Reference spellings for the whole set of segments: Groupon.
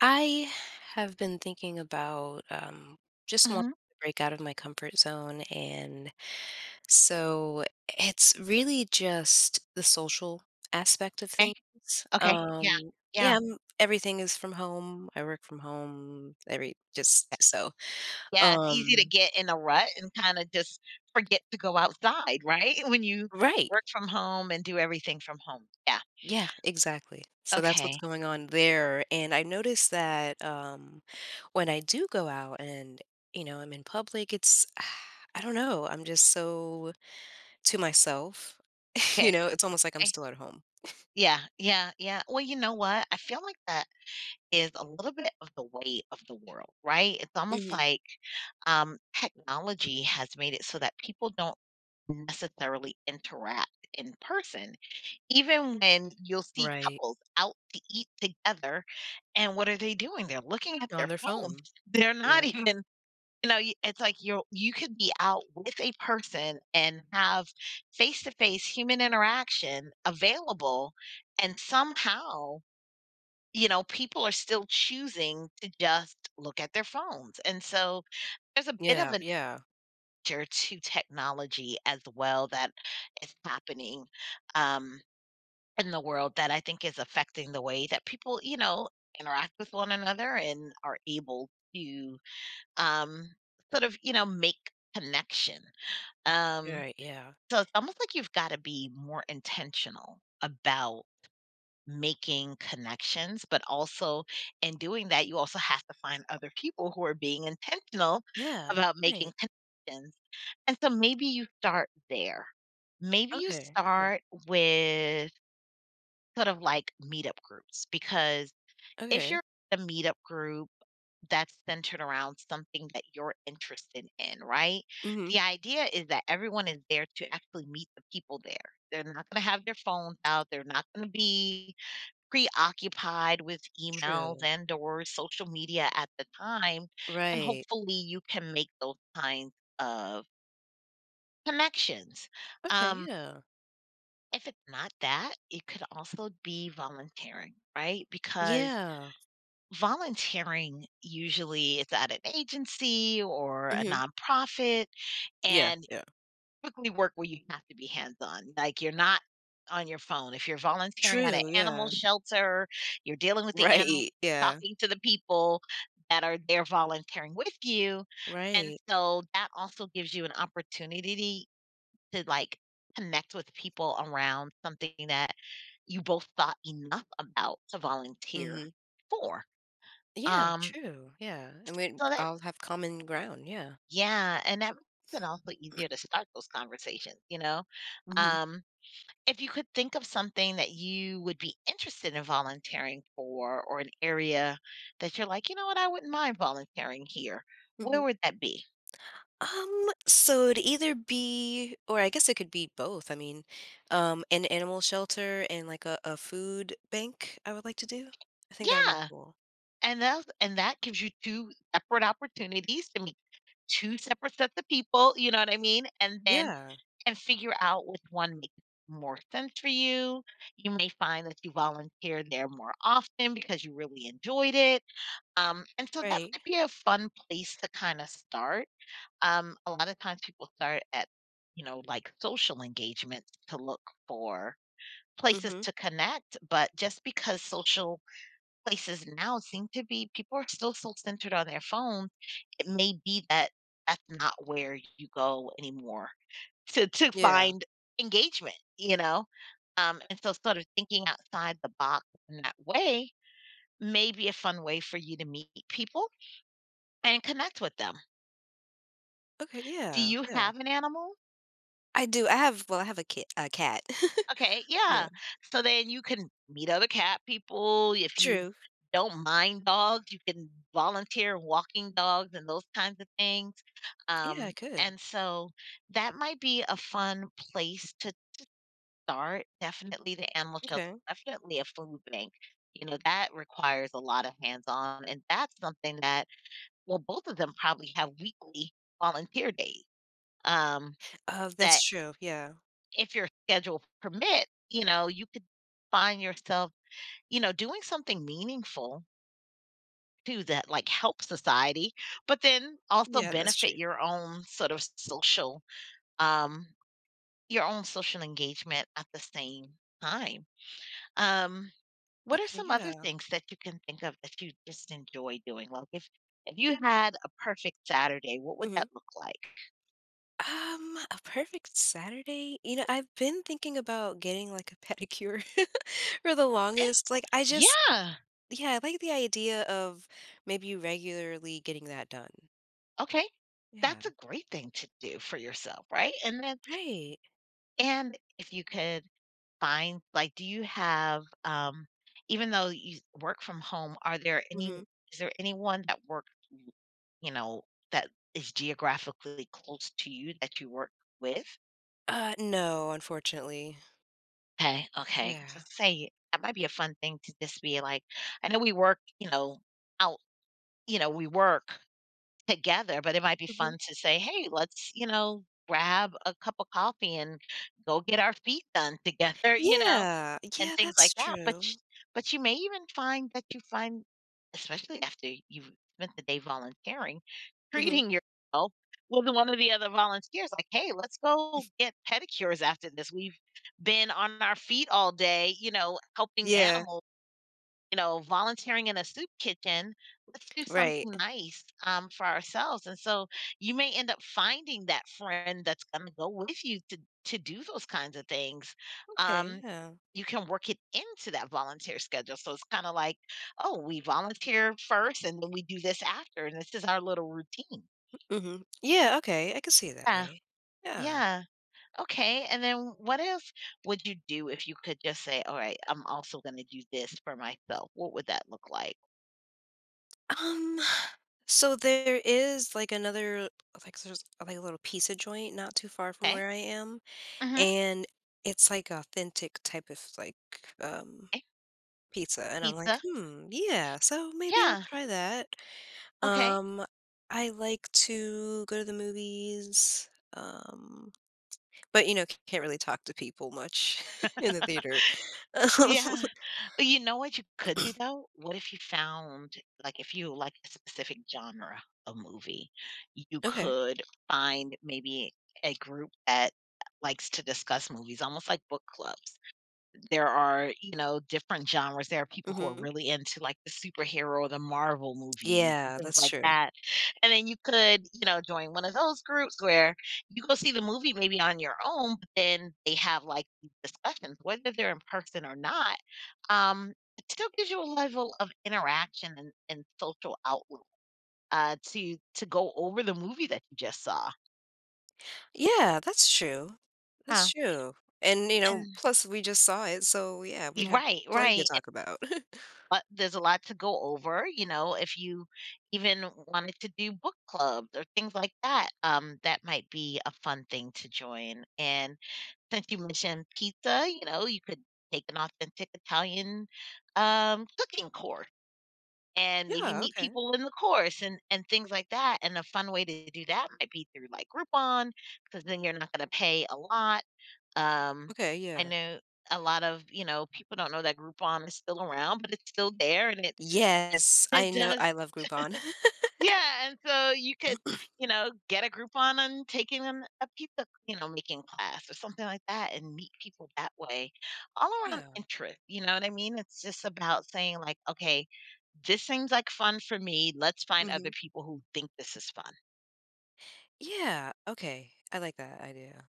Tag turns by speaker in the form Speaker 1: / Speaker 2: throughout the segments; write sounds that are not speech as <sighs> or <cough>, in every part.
Speaker 1: I have been thinking about just wanting
Speaker 2: Mhm.
Speaker 1: to break out of my comfort zone. And so it's really just the social aspect of
Speaker 2: Okay,
Speaker 1: things.
Speaker 2: okay, yeah,
Speaker 1: Um,
Speaker 2: yeah.
Speaker 1: yeah, everything is from home. I work from home. Every
Speaker 2: Eh
Speaker 1: just so.
Speaker 2: Yeah, it's easy to
Speaker 1: Um,
Speaker 2: get in a rut and kinda just forget to go outside, right? <laughs> When you
Speaker 1: right.
Speaker 2: work from home and do everything from home. Yeah,
Speaker 1: Yeah, exactly. So that's what's
Speaker 2: okay,
Speaker 1: going on there, and I noticed that, when I do go out and, you know, I'm in public, it's <sighs> I don't know, I'm just so to myself, <laughs> you
Speaker 2: okay,
Speaker 1: know, it's almost like I'm
Speaker 2: okay.
Speaker 1: still at home.
Speaker 2: Yeah, yeah, yeah. Well, you know what? I feel like that is a little bit of the weight of the world, right? It's almost
Speaker 1: Mhm.
Speaker 2: like, technology has made it so that people don't necessarily interact in person. Even when you'll see
Speaker 1: Right.
Speaker 2: couples out to eat together, and what are they doing? They're looking at
Speaker 1: On
Speaker 2: their
Speaker 1: their
Speaker 2: phone.
Speaker 1: phone.
Speaker 2: <laughs> They're not
Speaker 1: Yeah.
Speaker 2: even you know, y it's like you could be out with a person and have face-to-face human interaction available, and somehow, you know, people are still choosing to just look at their phones, and so there's a bit of
Speaker 1: Yeah,
Speaker 2: an
Speaker 1: yeah.
Speaker 2: nature to technology as well that is happening, um in the world that I think is affecting the way that people, you know, interact with one another and are able to um, sort of, you know, make connection. Um,
Speaker 1: Right, yeah.
Speaker 2: so it's almost like you've got to be more intentional about making connections, but also in doing that, you also have to find other people who are being intentional
Speaker 1: Yeah,
Speaker 2: about
Speaker 1: right.
Speaker 2: making connections. And so maybe you start there. Maybe you
Speaker 1: Okay, yeah.
Speaker 2: start with sort of like meetup groups because if you're
Speaker 1: Okay.
Speaker 2: in a meetup group that's centered around something that you're interested in, right?
Speaker 1: Mhm.
Speaker 2: The idea is that everyone is there to actually meet the people there. They're not going to have their phones out. They're not going to be preoccupied with emails
Speaker 1: True.
Speaker 2: and or social media at the time. And
Speaker 1: Right.
Speaker 2: hopefully you can make those kinds of connections.
Speaker 1: Okay,
Speaker 2: Um,
Speaker 1: yeah.
Speaker 2: if it's not that, it could also be volunteering, right? Because
Speaker 1: Yeah.
Speaker 2: volunteering usually is at an agency or a
Speaker 1: Mhm.
Speaker 2: nonprofit
Speaker 1: Yeah,
Speaker 2: and
Speaker 1: yeah.
Speaker 2: typically work where you have to be hands on. Like you're not on your phone. If you're volunteering at an
Speaker 1: True,
Speaker 2: animal
Speaker 1: yeah.
Speaker 2: shelter, you're dealing with the animal,
Speaker 1: Right, yeah.
Speaker 2: talking to the people that are there volunteering with you. And
Speaker 1: Right.
Speaker 2: so that also gives you an opportunity to like connect with people around something that you both thought enough about to volunteer
Speaker 1: Mhm.
Speaker 2: for.
Speaker 1: Yeah,
Speaker 2: Um,
Speaker 1: true, yeah, and we
Speaker 2: so that
Speaker 1: all have common ground, yeah.
Speaker 2: Yeah, and that makes it also easier to start those conversations, you know?
Speaker 1: Mhm.
Speaker 2: Um, if you could think of something that you would be interested in volunteering for or an area that you're like, "You know what? I wouldn't mind volunteering here." Where
Speaker 1: Mhm.
Speaker 2: would that be?
Speaker 1: So it'd either be or I guess it could be both, I mean, an animal shelter and, like, a food bank I would like to do. I think that would be
Speaker 2: Yeah,
Speaker 1: cool.
Speaker 2: and that gives you 2 separate opportunities to meet 2 separate sets of people, you know what I mean? And then
Speaker 1: Yeah,
Speaker 2: and figure out which one makes more sense for you. You may find that you volunteer there more often because you really enjoyed it. And so that
Speaker 1: right.
Speaker 2: might be a fun place to kinda start. A lot of times people start at, you know, like, social engagements to look for places
Speaker 1: Mhm.
Speaker 2: to connect, but just because social places now seem to be people are still so centered on their phones, it may be that that's not where you go anymore <laughs> to
Speaker 1: Yeah.
Speaker 2: find engagement, you know? And so sort of thinking outside the box in that way may be a fun way for you to meet people and connect with them.
Speaker 1: Okay,
Speaker 2: Do
Speaker 1: yeah,
Speaker 2: you
Speaker 1: yeah.
Speaker 2: have an animal?
Speaker 1: I do, I have well, I have a kit. A cat. <laughs>
Speaker 2: Okay,
Speaker 1: Yeah.
Speaker 2: yeah. So then you can meet other cat people. If you
Speaker 1: True.
Speaker 2: don't mind dogs, you can volunteer walking dogs and those kinds of things.
Speaker 1: Yeah, I could.
Speaker 2: And so that might be a fun place to start. Definitely the animal shelter,
Speaker 1: Okay.
Speaker 2: definitely a food bank. You know, that requires a lot of hands on. And that's something that, well, both of them probably have weekly volunteer days. Um,
Speaker 1: That's
Speaker 2: that
Speaker 1: true, yeah.
Speaker 2: if your schedule permits, you know, you could find yourself, you know, doing something meaningful too that like help society, but then also
Speaker 1: Yeah, that's
Speaker 2: benefit
Speaker 1: true.
Speaker 2: your own sort of social, um, your own social engagement at the same time. Um, what are
Speaker 1: Okay,
Speaker 2: some other
Speaker 1: yeah.
Speaker 2: things that you can think of that you just enjoy doing? Like if you had a perfect Saturday, what would
Speaker 1: Mhm.
Speaker 2: that look like?
Speaker 1: A perfect Saturday? You know, I've been thinking about getting like a pedicure <laughs> for the
Speaker 2: Okay.
Speaker 1: longest.
Speaker 2: Yeah.
Speaker 1: Yeah, I like the idea of maybe regularly getting that done.
Speaker 2: Okay.
Speaker 1: Yeah.
Speaker 2: That's a great thing to do for yourself, right?
Speaker 1: Right.
Speaker 2: And if you could find like, do you have, even though you work from home, are there any
Speaker 1: Hmm.
Speaker 2: is there anyone that works, you know, that is geographically close to you that you work with?
Speaker 1: No, unfortunately.
Speaker 2: Okay, okay.
Speaker 1: Yeah.
Speaker 2: Just say that might be a fun thing to just be like, I know we work, you know, out, you know, we work together, but it might be
Speaker 1: Hmm.
Speaker 2: fun to say, hey, let's, you know, grab a cup of coffee and go get our feet done together, <laughs> you know
Speaker 1: Yeah.
Speaker 2: and
Speaker 1: Yeah,
Speaker 2: things
Speaker 1: that's
Speaker 2: like that, but sh
Speaker 1: true.
Speaker 2: but you may even find that you find especially after you've spent the day volunteering, <laughs>
Speaker 1: Hmm.
Speaker 2: treating yourself with one of the other volunteers, like, "Hey, let's go get pedicures after this. We've been on our feet all day, you know, helping
Speaker 1: Yeah.
Speaker 2: animals, you know, volunteering in a soup kitchen. Let's do
Speaker 1: Right.
Speaker 2: something nice, for ourselves," and so you may end up finding that friend that's gonna go with you to do those kinds of things,
Speaker 1: Okay.
Speaker 2: um,
Speaker 1: Yeah.
Speaker 2: you can work it into that volunteer schedule, so it's kinda like, "Oh, we volunteer first, and then we do this after, and this is our little routine."
Speaker 1: Hmm. Yeah. Okay. I can see it that
Speaker 2: Yeah,
Speaker 1: way. Yeah.
Speaker 2: yeah. Okay, and then what else would you do if you could just say, "Alright, I'm also gonna do this for myself?" What would that look like?
Speaker 1: Um, so there is like another like so there's like a little pizza joint not too far from
Speaker 2: Okay.
Speaker 1: where I am,
Speaker 2: Mhm.
Speaker 1: and it's like authentic type of like um
Speaker 2: 'Kay.
Speaker 1: pizza, and I'm
Speaker 2: Pizza.
Speaker 1: like, hmm, yeah, so maybe I'll
Speaker 2: Yeah.
Speaker 1: try that.
Speaker 2: Okay.
Speaker 1: Um, I like to go to the movies. Um, but you know, can't really talk to people much <laughs> in the theater. <laughs> Um,
Speaker 2: Yeah. You know what you could do
Speaker 1: <clears throat>
Speaker 2: though? What if you found like if you like a specific genre of movie, you
Speaker 1: okay.
Speaker 2: could find maybe a group that likes to discuss movies, almost like book clubs. There are, you know, different genres. There are people who are
Speaker 1: Hmm.
Speaker 2: really into, like, the superhero or the Marvel movies and
Speaker 1: Yeah,
Speaker 2: things
Speaker 1: that's
Speaker 2: like
Speaker 1: true.
Speaker 2: that, and then you could, you know, join one of those groups where you go see the movie maybe on your own, but then they have, like, these discussions, whether they're in person or not. It still gives you a level of interaction and social outlet, to go over the movie that you just saw.
Speaker 1: Yeah, that's true.
Speaker 2: Huh.
Speaker 1: That's true. And, you
Speaker 2: And
Speaker 1: know, plus we just saw it, so yeah, we'd
Speaker 2: you're
Speaker 1: have
Speaker 2: right,
Speaker 1: plenty to
Speaker 2: right.
Speaker 1: talk about. <laughs>
Speaker 2: lot there's a lot to go over, you know, if you even wanted to do book clubs or things like that, that might be a fun thing to join, and since you mentioned pizza, you know, you could take an authentic Italian, cooking course and maybe
Speaker 1: Yeah,
Speaker 2: meet
Speaker 1: okay.
Speaker 2: people in the course and things like that, and a fun way to do that might be through, like, Groupon, because then you're not gonna pay a lot, um,
Speaker 1: Okay,
Speaker 2: I
Speaker 1: yeah.
Speaker 2: know a lot of, you know, people don't know that Groupon is still around, but it's still there, and
Speaker 1: Yes, I
Speaker 2: it
Speaker 1: know
Speaker 2: does.
Speaker 1: I love Groupon. <laughs>
Speaker 2: Yeah, and so you could, you know, get a group on and taking an a pizza, you know, making class or something like that and meet people that way. All around
Speaker 1: Yeah.
Speaker 2: interest, you know what I mean? It's just about saying like, "Okay, this seems like fun for me. Let's find other
Speaker 1: Mhm.
Speaker 2: people who think this is fun."
Speaker 1: Yeah, okay. I like that idea.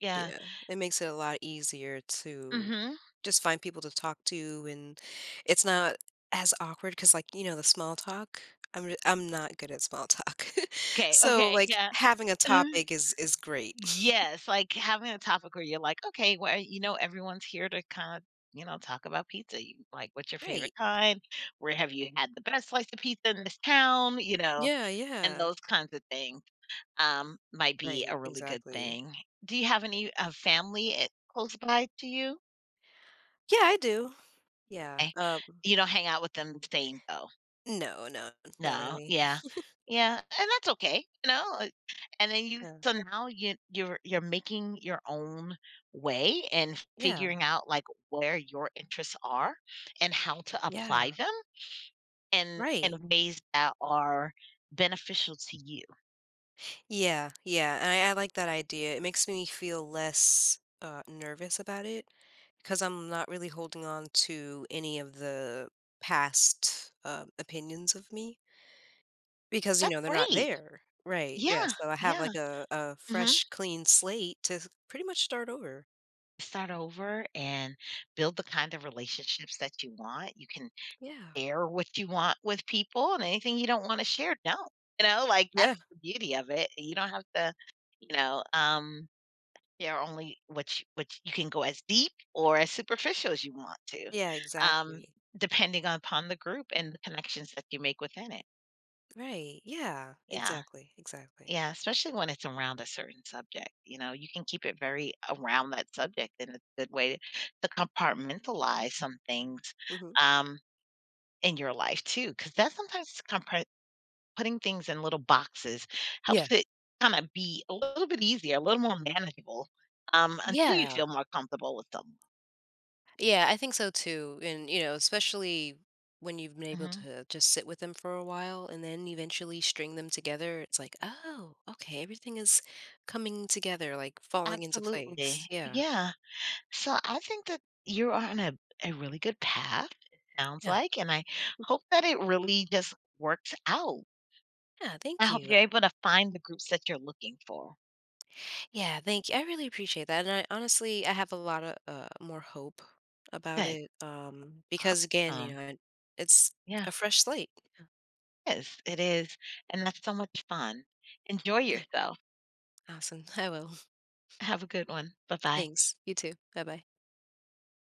Speaker 2: Yeah.
Speaker 1: Yeah. It makes it a lot easier to
Speaker 2: Mhm.
Speaker 1: just find people to talk to and it's not as awkward because, like, you know, the small talk, I'm not good at small talk. <laughs>
Speaker 2: Okay,
Speaker 1: So,
Speaker 2: okay,
Speaker 1: like,
Speaker 2: yeah.
Speaker 1: having a
Speaker 2: <laughs>
Speaker 1: topic is is great. <laughs>
Speaker 2: Yes, like, having a topic where you're like, "Okay, well, you know, everyone's here to kinda, you know, talk about pizza. You like, what's your
Speaker 1: Right.
Speaker 2: favorite kind? Where have you had the best slice of pizza in this town?" You know,
Speaker 1: Yeah,
Speaker 2: and
Speaker 1: yeah.
Speaker 2: those kinds of things, might be
Speaker 1: Right,
Speaker 2: a really good
Speaker 1: exactly.
Speaker 2: thing. Do you have any, family, close by to you?
Speaker 1: Yeah, I do. Yeah,
Speaker 2: Eh, you don't hang out with them the same, though?
Speaker 1: no, not
Speaker 2: No,
Speaker 1: really.
Speaker 2: yeah. Yeah, and that's okay, you know, and then you
Speaker 1: Yeah.
Speaker 2: so now you're making your own way and
Speaker 1: Yeah,
Speaker 2: figuring out, like, where your interests are and how to apply
Speaker 1: yeah,
Speaker 2: them in
Speaker 1: right.
Speaker 2: ways that are beneficial to you.
Speaker 1: Yeah, yeah, and I like that idea. It makes me feel less, nervous about it because 'cause I'm not really holding on to any of the past, opinions of me, because, you
Speaker 2: That's
Speaker 1: know, they're not
Speaker 2: great.
Speaker 1: there. Right, yeah,
Speaker 2: Yeah,
Speaker 1: so I have,
Speaker 2: yeah,
Speaker 1: like, a
Speaker 2: mhm.
Speaker 1: fresh, clean slate to pretty much start over.
Speaker 2: Start over and build the kind of relationships that you want. You can
Speaker 1: Yeah.
Speaker 2: share what you want with people and anything you don't wanna share, no. You know, like, that's
Speaker 1: Yeah.
Speaker 2: the beauty of it. You don't have to, you know, share only what you can go as deep or as superficial as you want to,
Speaker 1: Yeah,
Speaker 2: um,
Speaker 1: exactly.
Speaker 2: depending upon the group and the connections that you make within it.
Speaker 1: Right. Yeah.
Speaker 2: Yeah.
Speaker 1: Exactly. Exactly.
Speaker 2: Yeah, especially when it's around a certain subject, you know, you can keep it very around that subject, and it's a good way to compartmentalize some things,
Speaker 1: Hmm.
Speaker 2: um, in your life too, because that sometimes compart putting things in little boxes
Speaker 1: Yeah.
Speaker 2: helps it kinda be a little bit easier, a little more manageable, until you
Speaker 1: Yeah.
Speaker 2: feel more comfortable with them.
Speaker 1: Yeah. I think so too. And, you know, especially when you've been able
Speaker 2: Mhm.
Speaker 1: to just sit with them for a while and then eventually string them together, it's like, oh, okay, everything is coming together, like falling into place.
Speaker 2: Absolutely.
Speaker 1: Yeah.
Speaker 2: Yeah. So I think that you're on a really good path, it sounds
Speaker 1: Yeah.
Speaker 2: like, and I hope that it really just works out.
Speaker 1: Yeah,
Speaker 2: I
Speaker 1: thank
Speaker 2: hope
Speaker 1: you.
Speaker 2: you're able to find the groups that you're looking for.
Speaker 1: Yeah, thank you. I really appreciate that. And I honestly, I have a lot of more hope about
Speaker 2: Good.
Speaker 1: it because, again, you
Speaker 2: Um,
Speaker 1: know, it's
Speaker 2: yeah.
Speaker 1: a fresh slate.
Speaker 2: Yes, it is, and that's so much fun. Enjoy
Speaker 1: Yeah,
Speaker 2: yourself.
Speaker 1: awesome. <laughs> I will.
Speaker 2: Have a good one. Bye-bye.
Speaker 1: Thanks. You too. Bye bye.